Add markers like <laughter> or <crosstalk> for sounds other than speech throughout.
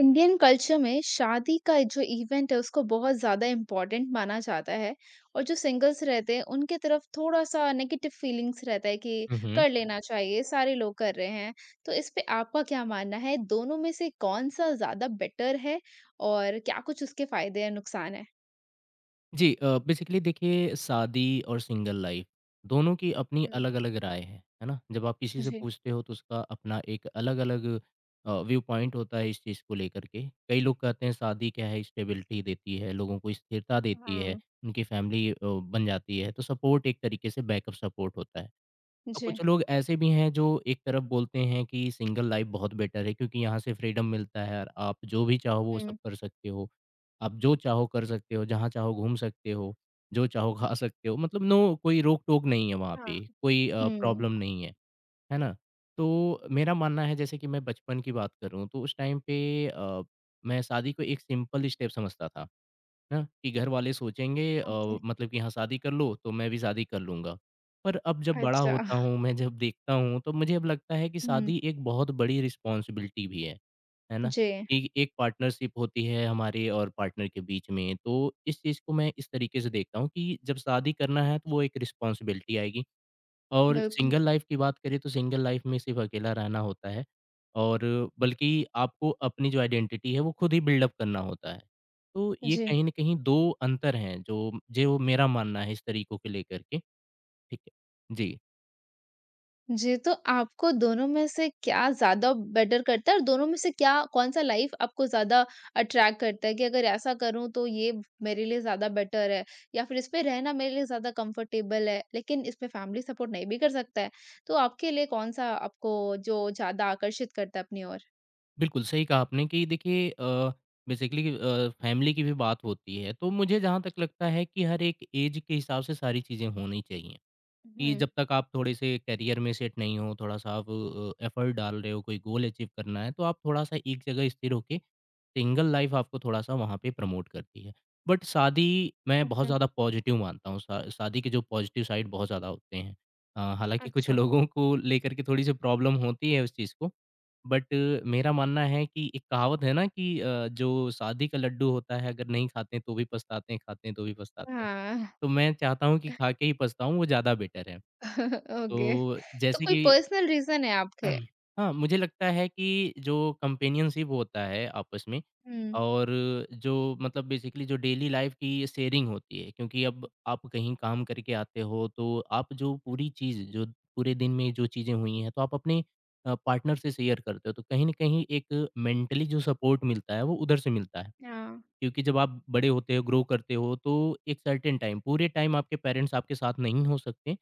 Indian culture में शादी का जो इवेंट है उसको बहुत ज़्यादा इम्पोर्टेंट माना जाता है। और जो सिंगल्स रहते हैं उनके तरफ थोड़ा सा नेगेटिव फीलिंग्स रहता है कि हुँ, हुँ। कर लेना चाहिए, सारे लोग कर रहे हैं। तो इस पे आपका क्या मानना है, दोनों में से कौन सा ज़्यादा बेटर है और क्या कुछ उसके फायदे हैं, नुकसान है? जी, बेसिकली देखिए शादी और सिंगल लाइफ़ दोनों की अपनी हम्म। अलग-अलग राय है ना? जब आप किसी से जी। पूछते हो तो उसका अपना एक अलग-अलग व्यू पॉइंट होता है इस चीज़ को लेकर के। कई लोग कहते हैं शादी क्या है, स्टेबिलिटी देती है, लोगों को स्थिरता देती है, हाँ। उनकी फैमिली बन जाती है, तो सपोर्ट एक तरीके से बैकअप सपोर्ट होता है। और जी। कुछ लोग ऐसे भी हैं जो एक तरफ बोलते हैं कि सिंगल लाइफ बहुत बेटर है, क्योंकि यहाँ से फ्रीडम मिलता है और आप जो भी चाहो वो सब हम्म। कर सकते हो, आप जो चाहो कर सकते हो, जहाँ चाहो घूम सकते हो, जो चाहो <laughs> खा सकते हो, मतलब नो कोई रोक टोक नहीं है, वहाँ हाँ। पे कोई हम्म। प्रॉब्लम नहीं है, है ना? तो मेरा मानना है, जैसे कि मैं बचपन की बात करूँ तो उस टाइम पे अ, मैं शादी को एक सिंपल स्टेप समझता था, ना कि घर वाले सोचेंगे, ओके। मतलब कि हाँ शादी कर लो तो मैं भी शादी कर लूँगा। पर अब जब बड़ा अच्छा। होता हूँ, मैं जब देखता हूँ तो मुझे अब लगता है कि हम्म। शादी एक बहुत बड़ी रिस्पॉन्सिबिलिटी भी है। है ना? जी। कि एक पार्टनरशिप होती है हमारे और पार्टनर के बीच में। तो इस चीज़ को मैं इस तरीके से देखता हूँ कि जब शादी करना है तो वो एक रिस्पॉन्सिबिलिटी आएगी। और बिल्कुल। सिंगल लाइफ़ की बात करें तो सिंगल लाइफ़ में सिर्फ़ अकेला रहना होता है, और बल्कि आपको अपनी जो आइडेंटिटी है वो खुद ही बिल्ड अप करना होता है। तो ये जी। कहीं न कहीं 2 अंतर हैं जो जो मेरा मानना है इस तरीकों को लेकर के, ठीक है। जी, जी, तो आपको दोनों में से क्या ज़्यादा बेटर करता है और दोनों में से क्या कौन-सा लाइफ़ आपको ज़्यादा अट्रैक्ट करता है कि अगर ऐसा करूँ तो ये मेरे लिए ज़्यादा बेटर है, या फिर इसपे रहना मेरे लिए ज़्यादा कंफर्टेबल है, लेकिन इसमें फैमिली सपोर्ट नहीं भी कर सकता है। तो आपके लिए कौन-सा आपको जो ज़्यादा आकर्षित करता है अपनी ओर? बिल्कुल सही कहा आपने कि देखिए, बेसिकली फ़ैमिली की भी बात होती है, तो मुझे जहाँ तक लगता है कि हर एक ऐज के हिसाब से सारी चीज़ें होनी चाहिए। कि हुँ। जब तक आप थोड़े से करियर में सेट नहीं हो, थोड़ा-सा आप एफर्ट डाल रहे हो, कोई गोल अचीव करना है, तो आप थोड़ा-सा एक जगह स्थिर होके सिंगल लाइफ़ आपको थोड़ा-सा वहाँ पे प्रमोट करती है। बट शादी मैं बहुत ओके। ज़्यादा पॉज़िटिव मानता हूँ, शा शादी के जो पॉज़िटिव साइड बहुत ज़्यादा होते हैं। हालाँकि कुछ अच्छा। लोगों को लेकर के थोड़ी-सी प्रॉब्लम होती है उस चीज़ को, बट मेरा मानना है कि एक कहावत है ना कि जो शादी का लड्डू होता है अगर नहीं खाते हैं तो भी पछताते हैं, खाते हैं तो भी पछताते हैं। हाँ। तो मैं चाहता हूँ कि खा के ही पछताऊँ, वो ज़्यादा बेटर है। <laughs> ओके। तो तो जैसे कोई कि पर्सनल रीज़न है आपके? <clears throat> हाँ, मुझे लगता है कि जो कंपेनियनशिप होता है आपस में, हुँ। और जो मतलब बेसिकली जो डेली लाइफ की शेयरिंग होती है, क्योंकि अब आप कहीं काम करके आते हो तो आप जो पूरी चीज़ जो पूरे दिन में जो चीज़ें हुई हैं, तो आप अपने पार्टनर से शेयर करते हो, तो कहीं न कहीं एक मेंटली जो सपोर्ट मिलता है वो उधर से मिलता है। हाँ, क्योंकि जब आप बड़े होते हो, ग्रो करते हो, तो एक सर्टेन टाइम पूरे टाइम आपके पेरेंट्स आपके साथ नहीं हो सकते।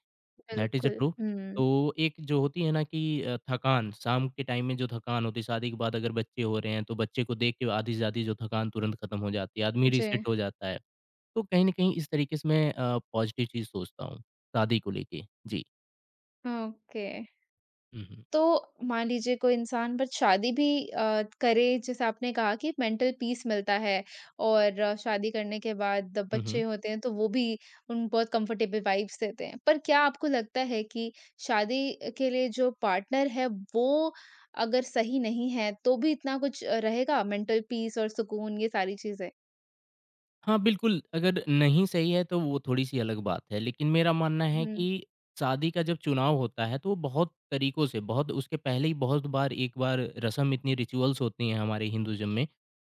दैट इज़ अ बिल्कुल। ट्रू। हुँ। तो एक जो होती है ना कि थकान, शाम के टाइम में जो थकान होती है, शादी के बाद अगर बच्चे हो रहे हैं, तो बच्चे को देख के आधी से आधी जो थकान तुरंत खत्म हो जाती है, आदमी जी। रीसेट हो जाता है। तो कहीं न कहीं इस तरीके से मैं पॉज़िटिव चीज़ सोचता हूँ, शादी को लेके। जी। ओके। हुँ, हुँ। तो मान लीजिए कोई इंसान बट शादी भी करे, जैसे आपने कहा कि मेंटल पीस मिलता है और शादी करने के बाद जब हुँ, हुँ। बच्चे होते हैं तो वो भी उन बहुत कंफर्टेबल वाइब्स देते हैं। पर क्या आपको लगता है कि शादी के लिए जो पार्टनर है वो अगर सही नहीं है तो भी इतना कुछ रहेगा मेंटल पीस और सुकून, ये सारी चीजें? हाँ, बिल्कुल, अगर नहीं सही है तो वो थोड़ी-सी अलग बात है, लेकिन मेरा मानना है हम्म। कि शादी का जब चुनाव होता है, तो वो बहुत तरीकों से, बहुत उसके पहले ही बहुत बार एक बार रस्म, इतनी रिचुअल्स होती हैं हमारे हिंदुइज़्म में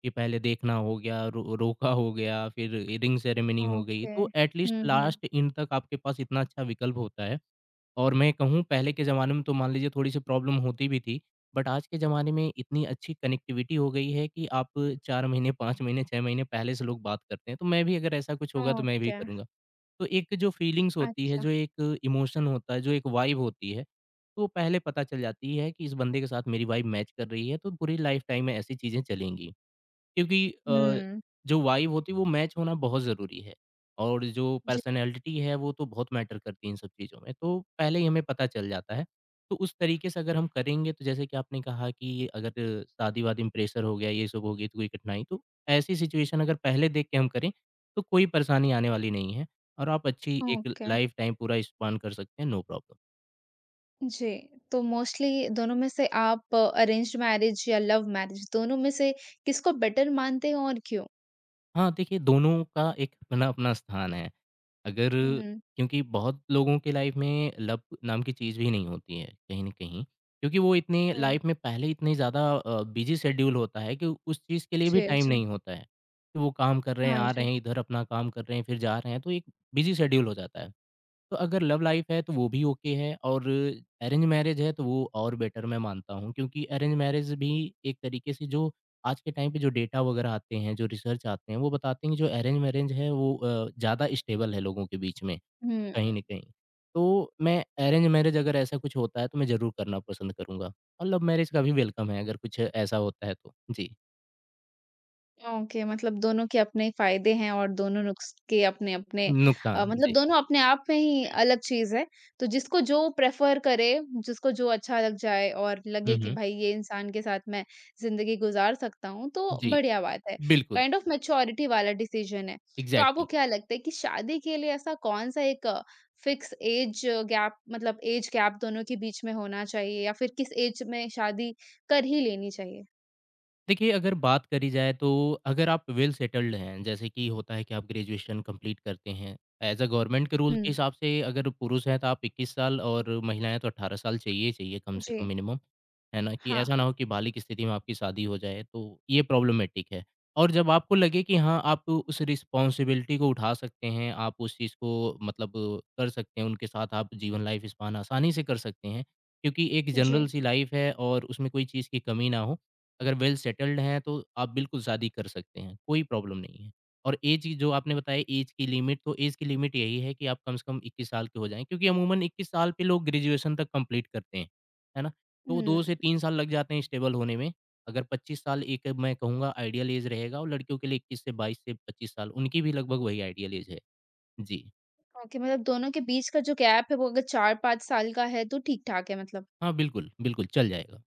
कि पहले देखना हो गया, रो रोका हो गया, फिर रिंग सेरेमनी हो गई, ओके। तो at least hmm. Hmm. Last end तक आपके पास इतना अच्छा विकल्प होता है। और मैं कहूँ पहले के ज़माने में तो मान लीजिए थोड़ी-सी प्रॉब्लम होती भी थी, बट आज के ज़माने में इतनी अच्छी कनेक्टिविटी हो गई है कि आप 4 महीने, 5 महीने, 6 महीने पहले से लोग बात करते हैं, तो मैं भी अगर ऐसा कुछ होगा तो मैं भी ओके। करूँगा। तो एक जो फीलिंग्स होती है, अच्छा। जो एक इमोशन होता है, जो एक वाइब होती है, तो पहले पता चल जाती है कि इस बंदे के साथ मेरी वाइब मैच कर रही है, तो पूरी लाइफ़ टाइम में ऐसी चीज़ें चलेंगी। क्योंकि हम्म। जो वाइब होती है वो मैच होना बहुत ज़रूरी है, और जो जी। पर्सनैलिटी है वो तो बहुत मैटर करती है इन सब चीज़ों में, तो पहले ही हमें पता चल जाता है। तो उस तरीके से अगर हम करेंगे तो जैसे कि आपने कहा कि अगर शादी-वादी में प्रेशर हो गया, ये सब हो गई तो कोई कठिनाई, तो ऐसी सिचुएशन अगर पहले देख के हम करें, तो कोई परेशानी आने वाली नहीं है, और आप अच्छी एक ओके। लाइफ़ टाइम पूरा स्पान कर सकते हैं, नो प्रॉब्लम। जी, तो मोस्टली दोनों में से आप अरेंज्ड मैरिज या लव मैरिज, दोनों में से किसको बेटर मानते हैं और क्यों? हाँ, देखिए दोनों का एक अपना-अपना स्थान है। अगर हुँ, हुँ। क्योंकि बहुत लोगों के लाइफ़ में लव नाम की चीज़ भी नहीं होती है, कहीं न कहीं। क्योंकि वो इतने हुँ। लाइफ़ में पहले इतने ज़्यादा बिज़ी शेड्यूल होता है कि उस चीज़ के लिए भी जी, टाइम जी। नहीं होता है। कि वो काम कर रहे हैं, हाँ आ रहे जी। हैं, इधर अपना काम कर रहे हैं, फिर जा रहे हैं, तो एक बिज़ी शेड्यूल हो जाता है। तो अगर लव लाइफ है तो वो भी ओके है, और अरेंज मैरिज है तो वो और बेटर मैं मानता हूँ, क्योंकि अरेंज मैरिज भी एक तरीके से जो आज के टाइम पे जो डेटा वगैरह आते हैं, जो रिसर्च आते हैं, वो बताते हैं कि जो अरेंज मैरिज है वो ज़्यादा स्टेबल है लोगों के बीच में, कहीं ना हुँ। कहीं। तो मैं अरेंज मैरिज अगर ऐसा कुछ होता है तो मैं ज़रूर करना पसंद करूंगा, और लव मैरिज का भी वेलकम है अगर कुछ ऐसा होता है तो। जी, ओके, मतलब दोनों के अपने फ़ायदे हैं और दोनों नुक्स के अपने-अपने नुकसान। मतलब जी। दोनों अपने आप में ही अलग चीज़ है। तो जिसको जो प्रेफ़र करे, जिसको जो अच्छा लग जाए और हम्म, लगे कि हम्म। भाई ये इंसान के साथ मैं ज़िंदगी गुज़ार सकता हूँ, तो जी। बढ़िया बात है। बिल्कुल। काइंड ऑफ़ मैच्योरिटी वाला डिसीज़न है। तो आपको एग्जैक्टली। क्या लगता है कि शादी के लिए ऐसा कौन-सा एक फ़िक्स ऐज गैप, मतलब ऐज गैप दोनों के बीच में होना चाहिए, या फिर किस ऐज में शादी कर ही लेनी चाहिए? देखिए, अगर बात करी जाए तो, अगर आप वेल सेटल्ड हैं, जैसे कि होता है कि आप ग्रेजुएशन कंप्लीट करते हैं। एज़ अ गवर्नमेंट के रूल हुँ। के हिसाब से अगर पुरुष हैं तो आप 21 साल और महिला हैं तो 18 साल चाहिए ही चाहिए कम से जी। कम मिनिमम, है ना? कि हाँ, ऐसा ना हाँ। हो कि बालिग़ स्थिति में आपकी शादी हो जाए, तो ये प्रॉब्लमैटिक है। और जब आपको लगे कि हाँ, आप उस रिस्पॉन्सिबिलिटी को उठा सकते हैं, आप उस चीज़ को मतलब कर सकते हैं, उनके साथ आप जीवन लाइफ़ स्पान आसानी से कर सकते हैं, क्योंकि एक जनरल जी। सी लाइफ़ है और उसमें कोई चीज़ की कमी ना हो। अगर वेल सेटल्ड हैं तो आप बिल्कुल शादी कर सकते हैं, कोई प्रॉब्लम नहीं है। और ऐज की जो आपने बताया ऐज की लिमिट, तो ऐज की लिमिट यही है कि आप कम से कम 21 साल के हो जाएँ, क्योंकि अमूमन 21 साल पे लोग ग्रेजुएशन तक कंप्लीट करते हैं, है ना? तो हुँ। 2 से 3 साल लग जाते हैं स्टेबल होने में। अगर 25 साल एक मैं कहूँगा आइडियल ऐज रहेगा, और लड़कियों के लिए 21 से 22 से 25 साल, उनकी भी लगभग वही आइडियल ऐज है। जी। ओके, मतलब दोनों के बीच का जो गैप है वो अगर 4-5 साल का है तो ठीक-ठाक है मतलब। हाँ, बिल्कुल, बिल्कुल चल जाएगा।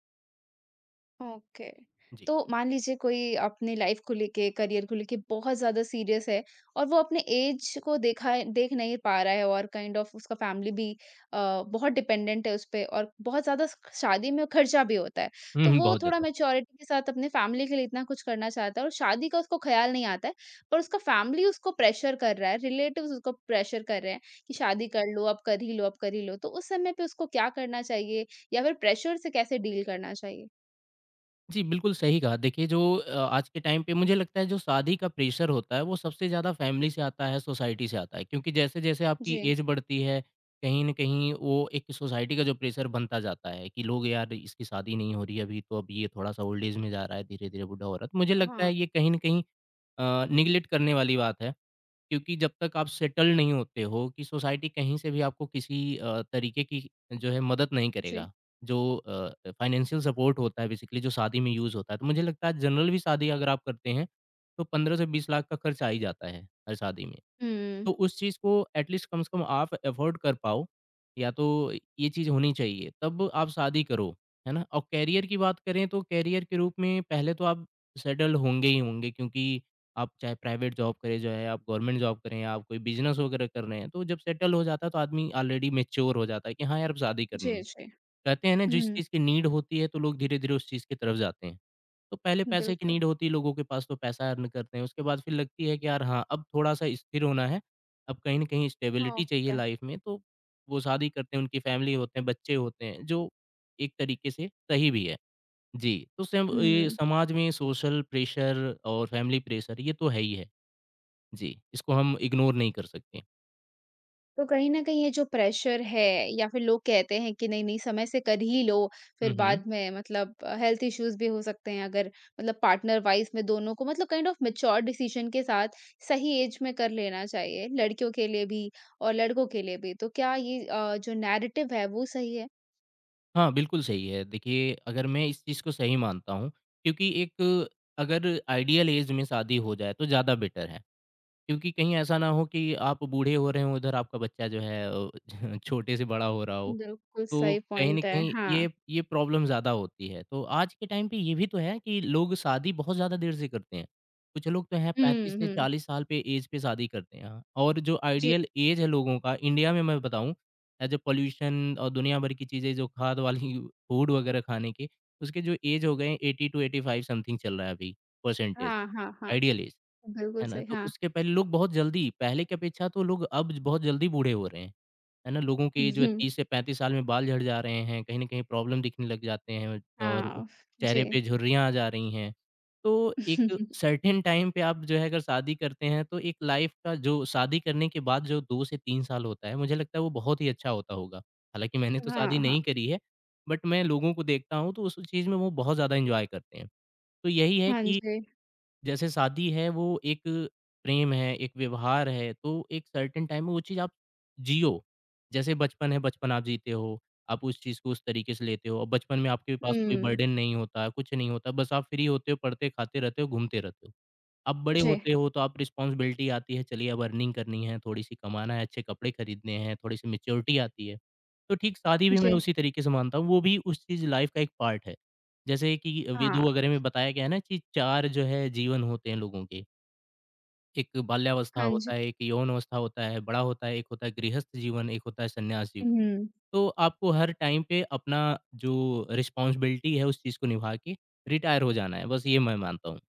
ओके। जी। तो मान लीजिए कोई अपनी लाइफ़ को लेके, करियर को लेके बहुत ज़्यादा सीरियस है और वो अपने ऐज को देखा है, देख नहीं पा रहा है, और काइंड ऑफ़ उसका फ़ैमिली भी अ, बहुत डिपेंडेंट है उस पे, और बहुत ज़्यादा स शादी में खर्चा भी होता है। हुँ, तो हुँ, वो बहुत थोड़ा ज़्यादा। मैच्योरिटी के साथ अपने फ़ैमिली के लिए इतना कुछ करना चाहता है और शादी का उसको ख़्याल नहीं आता है, पर उसका फ़ैमिली उसको प्रेशर कर रहा है, रिलेटिव्स उसको प्रेशर कर रहे हैं कि शादी कर लो, अब कर ही लो, अब कर ही लो। तो उस समय पे उसको क्या करना चाहिए या फिर प्रेशर से कैसे डील करना चाहिए? जी, बिल्कुल सही कहा। देखिए जो आज के टाइम पे मुझे लगता है जो शादी का प्रेशर होता है, वो सबसे ज़्यादा फैमिली से आता है, सोसाइटी से आता है। क्योंकि जैसे-जैसे आपकी जी। ऐज बढ़ती है, कहीं न कहीं वो एक सोसाइटी का जो प्रेशर बनता जाता है कि लोग यार इसकी शादी नहीं हो रही है अभी, तो अब ये थोड़ा-सा ओल्ड ऐज में जा रहा है, धीरे-धीरे बूढ़ा हो रहा है। तो मुझे लगता हाँ, है ये कहीं न कहीं नेगलेक्ट करने वाली बात है। क्योंकि जब तक आप सेटल नहीं होते हो कि सोसाइटी कहीं से भी आपको किसी तरीके की जो है मदद नहीं जी। करेगा। जो फाइनेंशियल सपोर्ट होता है बेसिकली जो शादी में यूज़ होता है। तो मुझे लगता है जनरल भी शादी अगर आप करते हैं, तो 15 से 20 लाख का खर्च आ ही जाता है, हर शादी में। हुँ। तो उस चीज़ को एटलीस्ट कम से कम आप अफ़ोर्ड कर पाओ, या तो ये चीज़ होनी चाहिए, तब आप शादी करो, है ना? और करियर की बात करें तो करियर के रूप में पहले तो आप सेटल होंगे ही होंगे क्योंकि आप चाहे प्राइवेट जॉब करें, चाहे आप गवर्नमेंट जॉब करें, आप कोई बिज़नेस वगैरह कर रहे हैं, तो जब सेटल हो जाता है तो आदमी ऑलरेडी मैच्योर हो जाता है कि हाँ यार, अब शादी करनी जी, है। जी। कहते हैं ना जिस हुँ, चीज़ की नीड होती है तो लोग धीरे-धीरे उस चीज़ की तरफ जाते हैं। तो पहले पैसे की बिल्कुल। नीड होती है लोगों के पास तो पैसा अर्न करते हैं, उसके बाद फिर लगती है कि यार हाँ, अब थोड़ा-सा स्थिर होना है, अब कहीं न कहीं स्टेबिलिटी चाहिए ओके। लाइफ में तो वो शादी करते हैं, उनकी फैमिली होते हैं, बच्चे होते हैं, जो एक तरीके से सही भी है। जी, तो सेम ये हुँ, समाज में सोशल प्रेशर और फैमिली प्रेशर ये तो है ही है। जी, इसको हम इग्नोर नहीं कर सकते। तो कहीं न कहीं ये जो प्रेशर है या फिर लोग कहते हैं कि नहीं-नहीं समय से कर ही लो, हुँ, फिर हुँ। बाद में मतलब हेल्थ इश्यूज़ भी हो सकते हैं अगर, मतलब पार्टनर वाइज़ में दोनों को मतलब काइंड ऑफ मैच्योर डिसीज़न के साथ सही एज में कर लेना चाहिए, लड़कियों के लिए भी और लड़कों के लिए भी। तो क्या ये जो नैरेटिव है वो सही है? हाँ, बिल्कुल सही है। देखिए, अगर मैं इस चीज़ को सही मानता हूँ क्योंकि एक अगर आइडियल ऐज में शादी हो जाए तो ज़्यादा बेटर है। क्योंकि कहीं ऐसा ना हो कि आप बूढ़े हो रहे हो उधर आपका बच्चा जो है <laughs> छोटे से बड़ा हो रहा हो। बिल्कुल तो सही कहीं न पॉइंट है। कहीं हाँ। ये प्रॉब्लम ज़्यादा होती है। तो आज के टाइम पे ये भी तो है कि लोग शादी बहुत ज़्यादा देर से करते हैं। कुछ लोग तो हैं 35 हुँ, से हुँ। 40 साल पे एज पे शादी करते हैं हाँ। और जो जी। आइडियल एज है लोगों का इंडिया में मैं बताऊँ एज़ अ पॉल्यूशन और दुनिया भर की चीज़ें जो खाद वाली <laughs> फूड वगैरह खाने के उसके जो एज हो गए हैं 80 टू 85 समथिंग चल रहा है अभी परसेंटेज, हाँ, हाँ, हाँ। Ideal age. बिल्कुल है ना? सही, तो हाँ। उसके पहले लोग बहुत जल्दी पहले की अपेक्षा तो लोग अब बहुत जल्दी बूढ़े हो रहे हैं, है ना? लोगों हुँ, के जो है हुँ। 30 से 35 साल में बाल झड़ जा रहे हैं, कहीं न कहीं प्रॉब्लम दिखने लग जाते हैं और हाँ, चेहरे जी। पे झुर्रियाँ आ जा रही हैं। तो एक <laughs> सर्टेन टाइम पे आप जो है अगर शादी करते हैं तो एक लाइफ़ का जो शादी करने के बाद जो 2 से 3 साल होता है, मुझे लगता है वो बहुत ही अच्छा होता होगा। हालाँकि मैंने तो हाँ, शादी हाँ। नहीं करी है, बट मैं लोगों को देखता हूँ तो उस चीज़ में वो बहुत ज़्यादा एन्जॉय करते हैं। तो यही है हाँ कि जी। जैसे शादी है वो एक प्रेम है, एक व्यवहार है, तो एक सर्टेन टाइम में वो चीज़ आप जियो। जैसे बचपन है, बचपन आप जीते हो, आप उस चीज़ को उस तरीके से लेते हो और बचपन में आपके पास कोई हुँ। बर्डन नहीं होता, कुछ नहीं होता, बस आप फ्री होते हो, पढ़ते, खाते रहते हो, घूमते रहते हो। अब बड़े जी, होते हो तो आप रिस्पॉन्सिबिलिटी आती है, चलिए अब अर्निंग करनी है, थोड़ी-सी कमाना है, अच्छे कपड़े खरीदने हैं, थोड़ी-सी मैच्योरिटी आती है। तो ठीक शादी भी मैं जी। उसी तरीके से मानता हूँ, वो भी उस चीज़ लाइफ़ का एक पार्ट है। जैसे कि हाँ, वेदों वगैरह में बताया गया है ना कि 4 जो है जीवन होते हैं लोगों के, एक बाल्यावस्था हाँ जी। होता है, एक यौन अवस्था होता है, बड़ा होता है, एक होता है गृहस्थ जीवन, एक होता है सन्यास जीवन। हुँ। तो आपको हर टाइम पे अपना जो रिस्पॉन्सिबिलिटी है उस चीज़ को निभा के रिटायर हो जाना है, बस ये मैं मानता हूँ।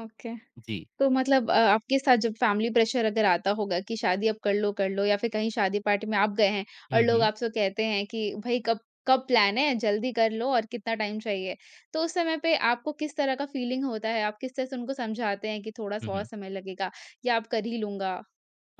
ओके। जी। तो मतलब आपके साथ जब फैमिली प्रेशर अगर आता होगा कि शादी अब कर लो, कर लो, या फिर कहीं शादी पार्टी में आप गए हैं हुँ, और लोग हुँ। आपसे कहते हैं कि भई कब कब प्लान है? जल्दी कर लो और कितना टाइम चाहिए? तो उस समय पे आपको किस तरह का फीलिंग होता है? आप किस तरह से उनको समझाते हैं कि हुँ, थोड़ा-सा और हुँ। समय लगेगा या आप कर ही लूँगा?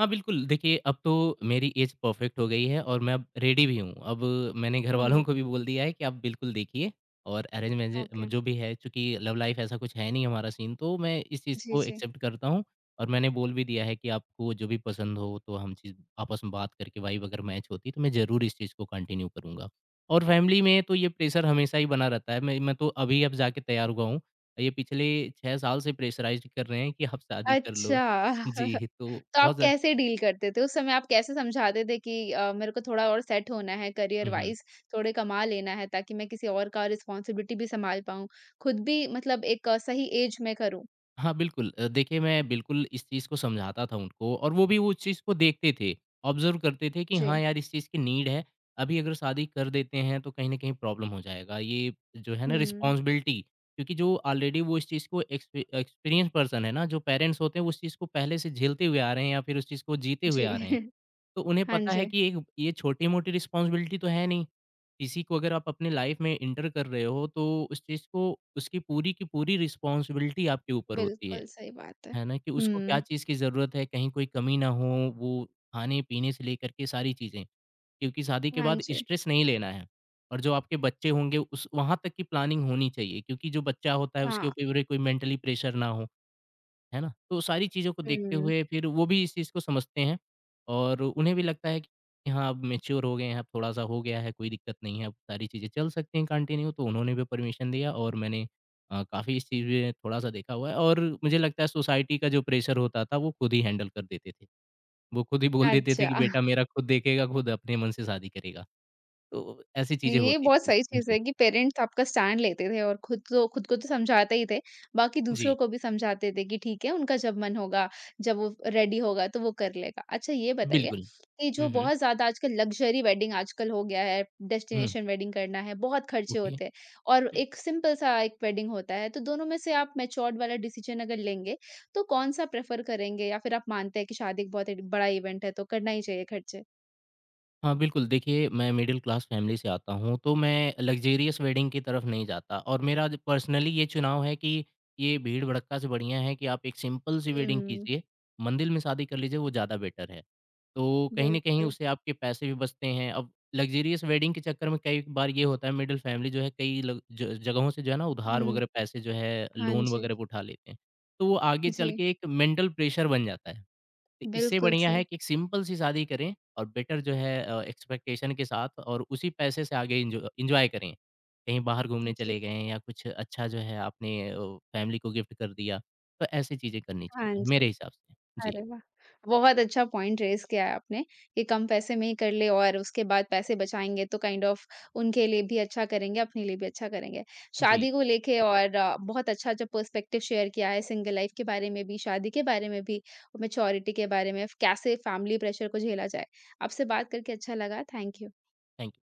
हाँ, बिल्कुल। देखिए, अब तो मेरी ऐज परफ़ेक्ट हो गई है और मैं अब रेडी भी हूँ। अब मैंने घरवालों हुँ। को भी बोल दिया है कि आप बिल्कुल देखिए और अरेंज मैरेज म ओके। जो भी है, चूँकि लव लाइफ़ ऐसा कुछ है नहीं हमारा सीन, तो मैं इस चीज़ जी, को जी। एक्सेप्ट करता हूँ और मैंने बोल भी दिया है कि आपको जो भी पसंद हो, तो हम चीज़ आपस में बात करके वाइब अगर मैच होती, तो मैं ज़रूर इस चीज़ को कंटिन्यू करूँगा। और फ़ैमिली में तो ये प्रेशर हमेशा ही बना रहता है। मैं तो अभी अब जाके तैयार हुआ हूँ। ये पिछले 6 साल से प्रेशराइज़्ड कर रहे हैं कि आप शादी कर लो। अच्छा। <laughs> जी, तो तो बहुत आप ज़्या कैसे डील करते थे? उस समय आप कैसे समझाते थे कि मेरे को थोड़ा और सेट होना है करियर हुँ, हुँ। वाइज़, थोड़े कमा लेना है ताकि मैं किसी और का रिस्पॉन्सिबिलिटी भी सँभाल पाऊँ, खुद भी मतलब एक सही ऐज में करूँ? हाँ, बिल्कुल देखिए मैं बिल्कुल इस चीज़ को समझाता था उनको और वो भी वो उस चीज़ को देखते थे, ऑब्ज़र्व करते थे कि जी। हाँ, यार इस चीज़ की नीड है, अभी अगर शादी कर देते हैं तो कहीं न कहीं प्रॉब्लम हो जाएगा। ये जो है ना हुँ। रिस्पॉन्सिबिलिटी क्योंकि जो ऑलरेडी वो इस चीज़ को एक्सपीरियंस पर्सन है ना, जो पेरेंट्स होते हैं, वो उस चीज़ को पहले से झेलते हुए आ रहे हैं या फिर उस चीज़ को जीते हुए जी। आ रहे हैं। <laughs> तो उन्हें हाँ पता है जी। कि एक ये छोटी-मोटी रिस्पॉन्सिबिलिटी तो है नहीं। किसी को अगर आप अपने लाइफ में एंटर कर रहे हो तो उस चीज़ को उसकी पूरी की पूरी रिस्पॉन्सिबिलिटी आपके ऊपर होती है। बिल्कुल सही बात है। है ना? कि उसको क्या हुँ। चीज़ की ज़रूरत है, कहीं कोई कमी ना हो, वो खाने-पीने से लेकर के सारी चीज़ें। क्योंकि शादी के हाँ बाद जी। स्ट्रेस नहीं लेना है और जो आपके बच्चे होंगे उस वहाँ तक की प्लानिंग होनी चाहिए क्योंकि जो बच्चा होता है उसके हाँ। ऊपर कोई मेंटली प्रेशर ना हो। है ना? तो सारी चीज़ों को देखते हुँ। हुए फिर वो भी इस चीज़ को समझते हैं और उन्हें भी लगता है कि हाँ, अब मैच्योर हो गए हैं, अब थोड़ा-सा हो गया है, कोई दिक्कत नहीं है, अब सारी चीज़ें चल सकती हैं कंटिन्यू, तो उन्होंने भी परमिशन दिया और मैंने काफ़ी इस चीज़ में थोड़ा-सा देखा हुआ है और मुझे लगता है सोसाइटी का जो प्रेशर होता था, वो खुद ही हैंडल कर देते थे। वो खुद ही बोल देते थे अच्छा। कि बेटा मेरा खुद देखेगा, खुद अपने मन से शादी करेगा। तो ऐसी चीज़ें ये होती बहुत थी। सही चीज़ जी। है कि पेरेंट्स आपका स्टैंड लेते थे और खुद तो खुद को तो समझाते ही थे, बाकी जी, दूसरों को भी समझाते थे कि ठीक है, उनका जब मन होगा, जब वो रेडी होगा तो वो कर लेगा। अच्छा, ये बताइए बिल्कुल। कि जो हुँ, हुँ। बहुत ज़्यादा आजकल लग्ज़री वेडिंग आजकल हो गया है, हुँ, डेस्टिनेशन वेडिंग करना है, बहुत खर्चे ओके। होते हैं और एक सिंपल सा एक वेडिंग होता है, तो दोनों में से आप मैच्योर्ड वाला डिसीज़न अगर लेंगे, तो कौन-सा प्रेफ़र करेंगे, या फिर आप मानते हैं कि शादी एक बहुत बड़ा इवेंट है तो करना ही चाहिए खर्चे? हाँ, बिल्कुल। देखिए, मैं मिडल क्लास फैमिली से आता हूँ, तो मैं लग्ज़रियस वेडिंग की तरफ नहीं जाता और मेरा ज पर्सनली ये चुनाव है कि ये भीड़-भड़क्का से बढ़िया है कि आप एक सिंपल-सी वेडिंग हुँ, कीजिए, मंदिर में शादी कर लीजिए, वो ज़्यादा बेटर है। तो कहीं न कहीं बिल्कुल। उससे आपके पैसे भी बचते हैं। अब लग्ज़रियस वेडिंग के चक्कर में कई बार ये होता है मिडल फैमिली जो है कई लग ज जगहों से जो है ना उधार हुँ, वगैरह पैसे जो है, हाँ लोन जी। वगैरह पे उठा लेते हैं। तो वो आगे चल जी, के एक मेंटल प्रेशर बन जाता है। तो इससे बिल्कुल बढ़िया है सही। कि एक सिंपल सी शादी करें और बेटर जो है एक्सपेक्टेशन के साथ और उसी पैसे से आगे एन्जॉय करें। कहीं बाहर घूमने जी, चले गए या कुछ अच्छा जो है आपने फैमिली को गिफ्ट कर दिया। तो ऐसी चीज़ें करनी हाँ चाहिए मेरे जी। हिसाब से। जी, अरे वाह! बहुत अच्छा पॉइंट रेज़ किया है आपने कि कम पैसे में ही कर ले और उसके बाद पैसे बचाएँगे तो काइंड ऑफ़ उनके लिए भी अच्छा करेंगे, अपने लिए भी अच्छा करेंगे। जी। शादी को लेके और बहुत अच्छा जो पर्सपेक्टिव शेयर किया है, सिंगल लाइफ़ के बारे में भी, शादी के बारे में भी, मैच्योरिटी के बारे में, कैसे फैमिली प्रेशर को झेला जाए। आपसे बात करके अच्छा लगा, थैंक यू। Thank you.